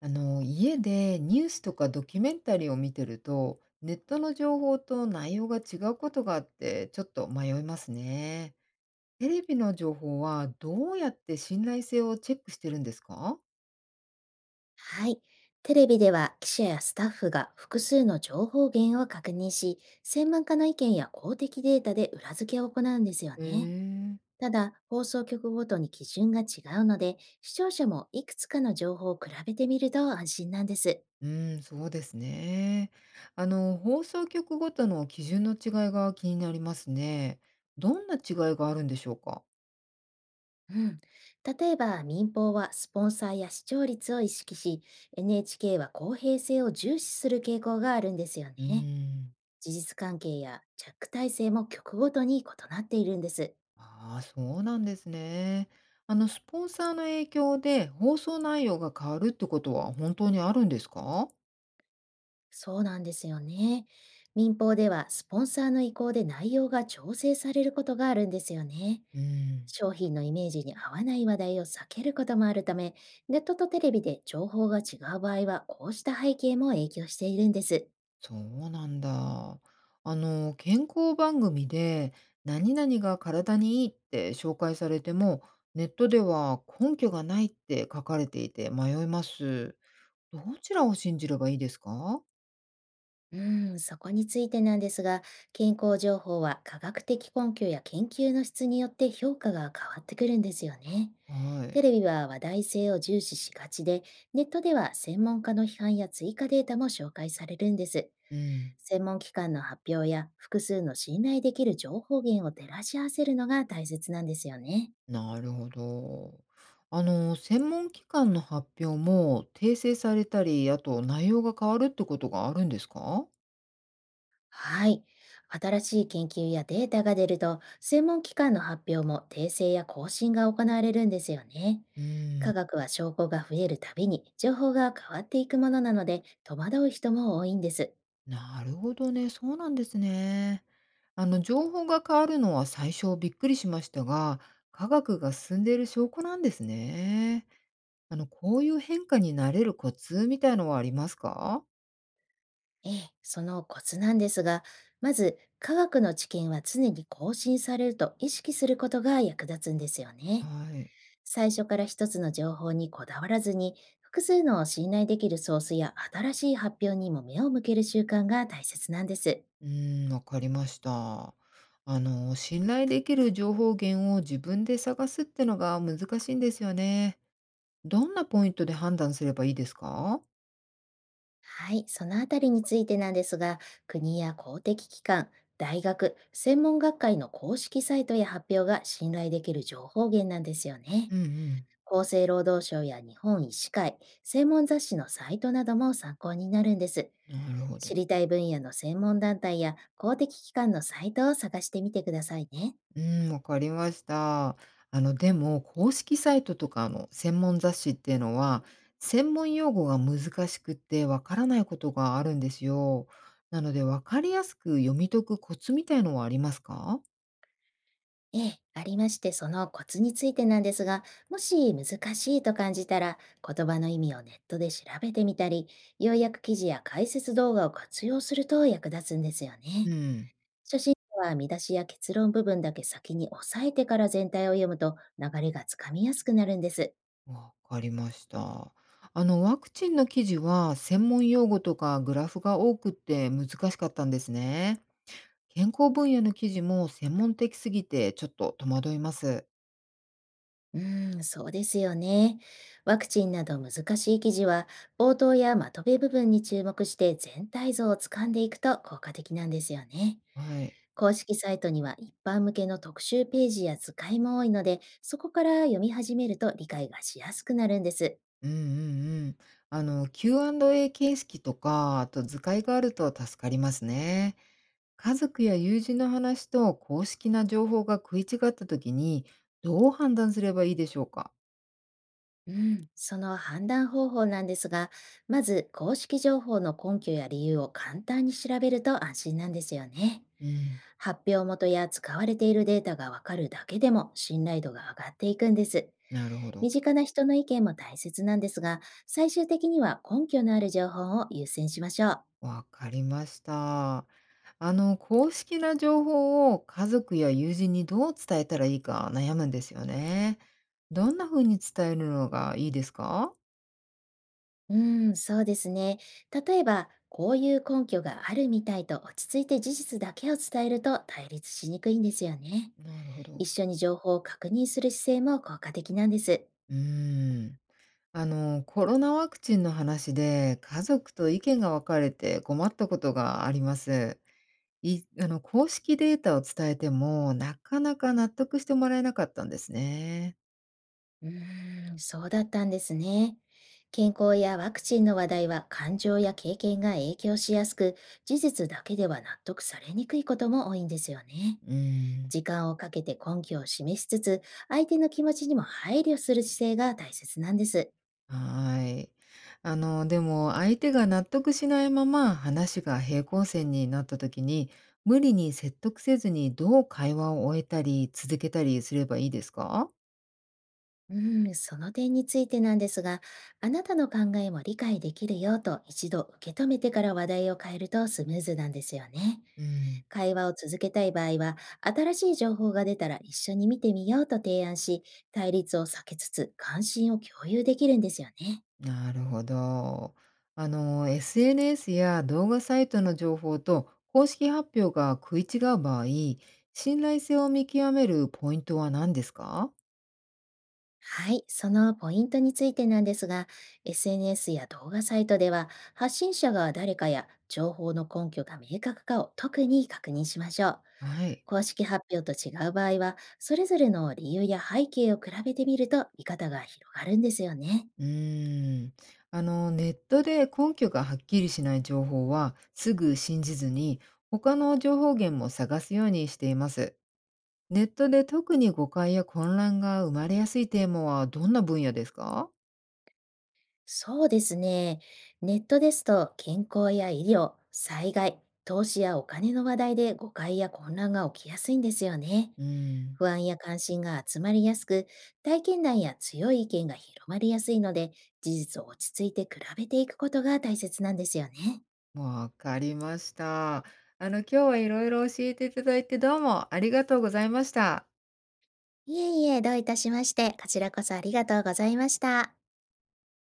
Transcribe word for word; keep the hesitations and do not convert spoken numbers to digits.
あの、家でニュースとかドキュメンタリーを見てると、ネットの情報と内容が違うことがあって、ちょっと迷いますね。テレビの情報はどうやって信頼性をチェックしてるんですか？はい。テレビでは記者やスタッフが複数の情報源を確認し、専門家の意見や公的データで裏付けを行うんですよね。ええ。ただ、放送局ごとに基準が違うので、視聴者もいくつかの情報を比べてみると安心なんです。うん、そうですね。あの、放送局ごとの基準の違いが気になりますね。どんな違いがあるんでしょうか？うん。例えば、民放はスポンサーや視聴率を意識し、エヌエイチケー は公平性を重視する傾向があるんですようね。ん。事実関係やチャック体制も局ごとに異なっているんです。ああ、そうなんですね。あの、スポンサーの影響で放送内容が変わるってことは本当にあるんですか？そうなんですよね。民放ではスポンサーの意向で内容が調整されることがあるんですよね。うん、商品のイメージに合わない話題を避けることもあるため、ネットとテレビで情報が違う場合は、こうした背景も影響しているんです。そうなんだ。あの、健康番組で何々が体にいいって紹介されても、ネットでは根拠がないって書かれていて迷います。どちらを信じればいいですか？うん、そこについてなんですが、健康情報は科学的根拠や研究の質によって評価が変わってくるんですよね。はテい。レビは話題性を重視しがちで、ネットでは専門家の批判や追加データも紹介されるんです。うん。専門機関の発表や複数の信頼できる情報源を照らし合わせるのが大切なんですよね。なるほど。あの、専門機関の発表も訂正されたり、あと内容が変わるってことがあるんですか？はい。新しい研究やデータが出ると、専門機関の発表も訂正や更新が行われるんですよね。うーん、科学は証拠が増えるたびに情報が変わっていくものなので、戸惑う人も多いんです。なるほどね。そうなんですね。あの、情報が変わるのは最初びっくりしましたが、科学が進んでいる証拠なんですね。あの、こういう変化に慣れるコツみたいのはありますか？ええ、そのコツなんですが、まず科学の知見は常に更新されると意識することが役立つんですよはね。い。最初から一つの情報にこだわらずに、複数の信頼できるソースや新しい発表にも目を向ける習慣が大切なんです。うーん、わかりました。あの、信頼できる情報源を自分で探すってのが難しいんですよね。どんなポイントで判断すればいいですか？はい、そのあたりについてなんですが、国や公的機関、大学、専門学会の公式サイトや発表が信頼できる情報源なんですよね。うんうん。厚生労働省や日本医師会、専門雑誌のサイトなども参考になるんです。なるほ知ど。りたい分野の専門団体や公的機関のサイトを探してみてくださいね。うん、わかりました。あの、でも、公式サイトとかの専門雑誌っていうのは、専門用語が難しくってわからないことがあるんですよ。なので、わかりやすく読み解くコツみたいのはありますか？ええ、ありまして、そのコツについてなんですが、もし難しいと感じたら、言葉の意味をネットで調べてみたり、要約記事や解説動画を活用すると役立つんですようね。ん。初心者は見出しや結論部分だけ先に押さえてから全体を読むと流れがつかみやすくなるんです。わかりました。あの、ワクチンの記事は専門用語とかグラフが多くって難しかったんですね。健康分野の記事も専門的すぎてちょっと戸惑います。うーん、そうですよね。ワクチンなど難しい記事は、冒頭やまとめ部分に注目して全体像をつかんでいくと効果的なんですよね。はい。公式サイトには一般向けの特集ページや図解も多いので、そこから読み始めると理解がしやすくなるんです。うんうん。うん。あの、キューアンドエー 形式とか、あと図解があると助かりますね。家族や友人の話と公式な情報が食い違った時に、どう判断すればいいでしょうか？うん。その判断方法なんですが、まず公式情報の根拠や理由を簡単に調べると安心なんですよね。うん。発表元や使われているデータがわかるだけでも信頼度が上がっていくんです。なるほど。身近な人の意見も大切なんですが、最終的には根拠のある情報を優先しましょう。わかりました。あの、公式な情報を家族や友人にどう伝えたらいいか悩むんですよね。どんな風に伝えるのがいいですか？うん、そうですね。例えば、こういう根拠があるみたいと落ち着いて事実だけを伝えると対立しにくいんですよね。なるほど。一緒に情報を確認する姿勢も効果的なんです。うーん。あの、コロナワクチンの話で家族と意見が分かれて困ったことがあります。い、あの、公式データを伝えてもなかなか納得してもらえなかったんですね。うーん、そうだったんですね。健康やワクチンの話題は感情や経験が影響しやすく、事実だけでは納得されにくいことも多いんですよね。うん。時間をかけて根拠を示しつつ、相手の気持ちにも配慮する姿勢が大切なんです。はい。あの、でも相手が納得しないまま話が平行線になった時に、無理に説得せずにどう会話を終えたり続けたりすればいいですか？うん、その点についてなんですが、あなたの考えも理解できるよと一度受け止めてから話題を変えるとスムーズなんですよね。うん、会話を続けたい場合は、新しい情報が出たら一緒に見てみようと提案し、対立を避けつつ関心を共有できるんですよね。なるほど。あの、エスエヌエス や動画サイトの情報と公式発表が食い違う場合、信頼性を見極めるポイントは何ですか？はい、そのポイントについてなんですが、エスエヌエス や動画サイトでは、発信者が誰かや情報の根拠が明確かを特に確認しましょう。はい。公式発表と違う場合は、それぞれの理由や背景を比べてみると見方が広がるんですよね。うーん。あの、ネットで根拠がはっきりしない情報はすぐ信じずに、他の情報源も探すようにしています。ネットで特に誤解や混乱が生まれやすいテーマはどんな分野ですか？そうですね。ネットですと健康や医療、災害、投資やお金の話題で誤解や混乱が起きやすいんですよね。うん、不安や関心が集まりやすく、体験談や強い意見が広まりやすいので、事実を落ち着いて比べていくことが大切なんですよね。わかりました。あの、今日はいろいろ教えていただいてどうもありがとうございました。いえいえ、どういたしまして、こちらこそありがとうございました。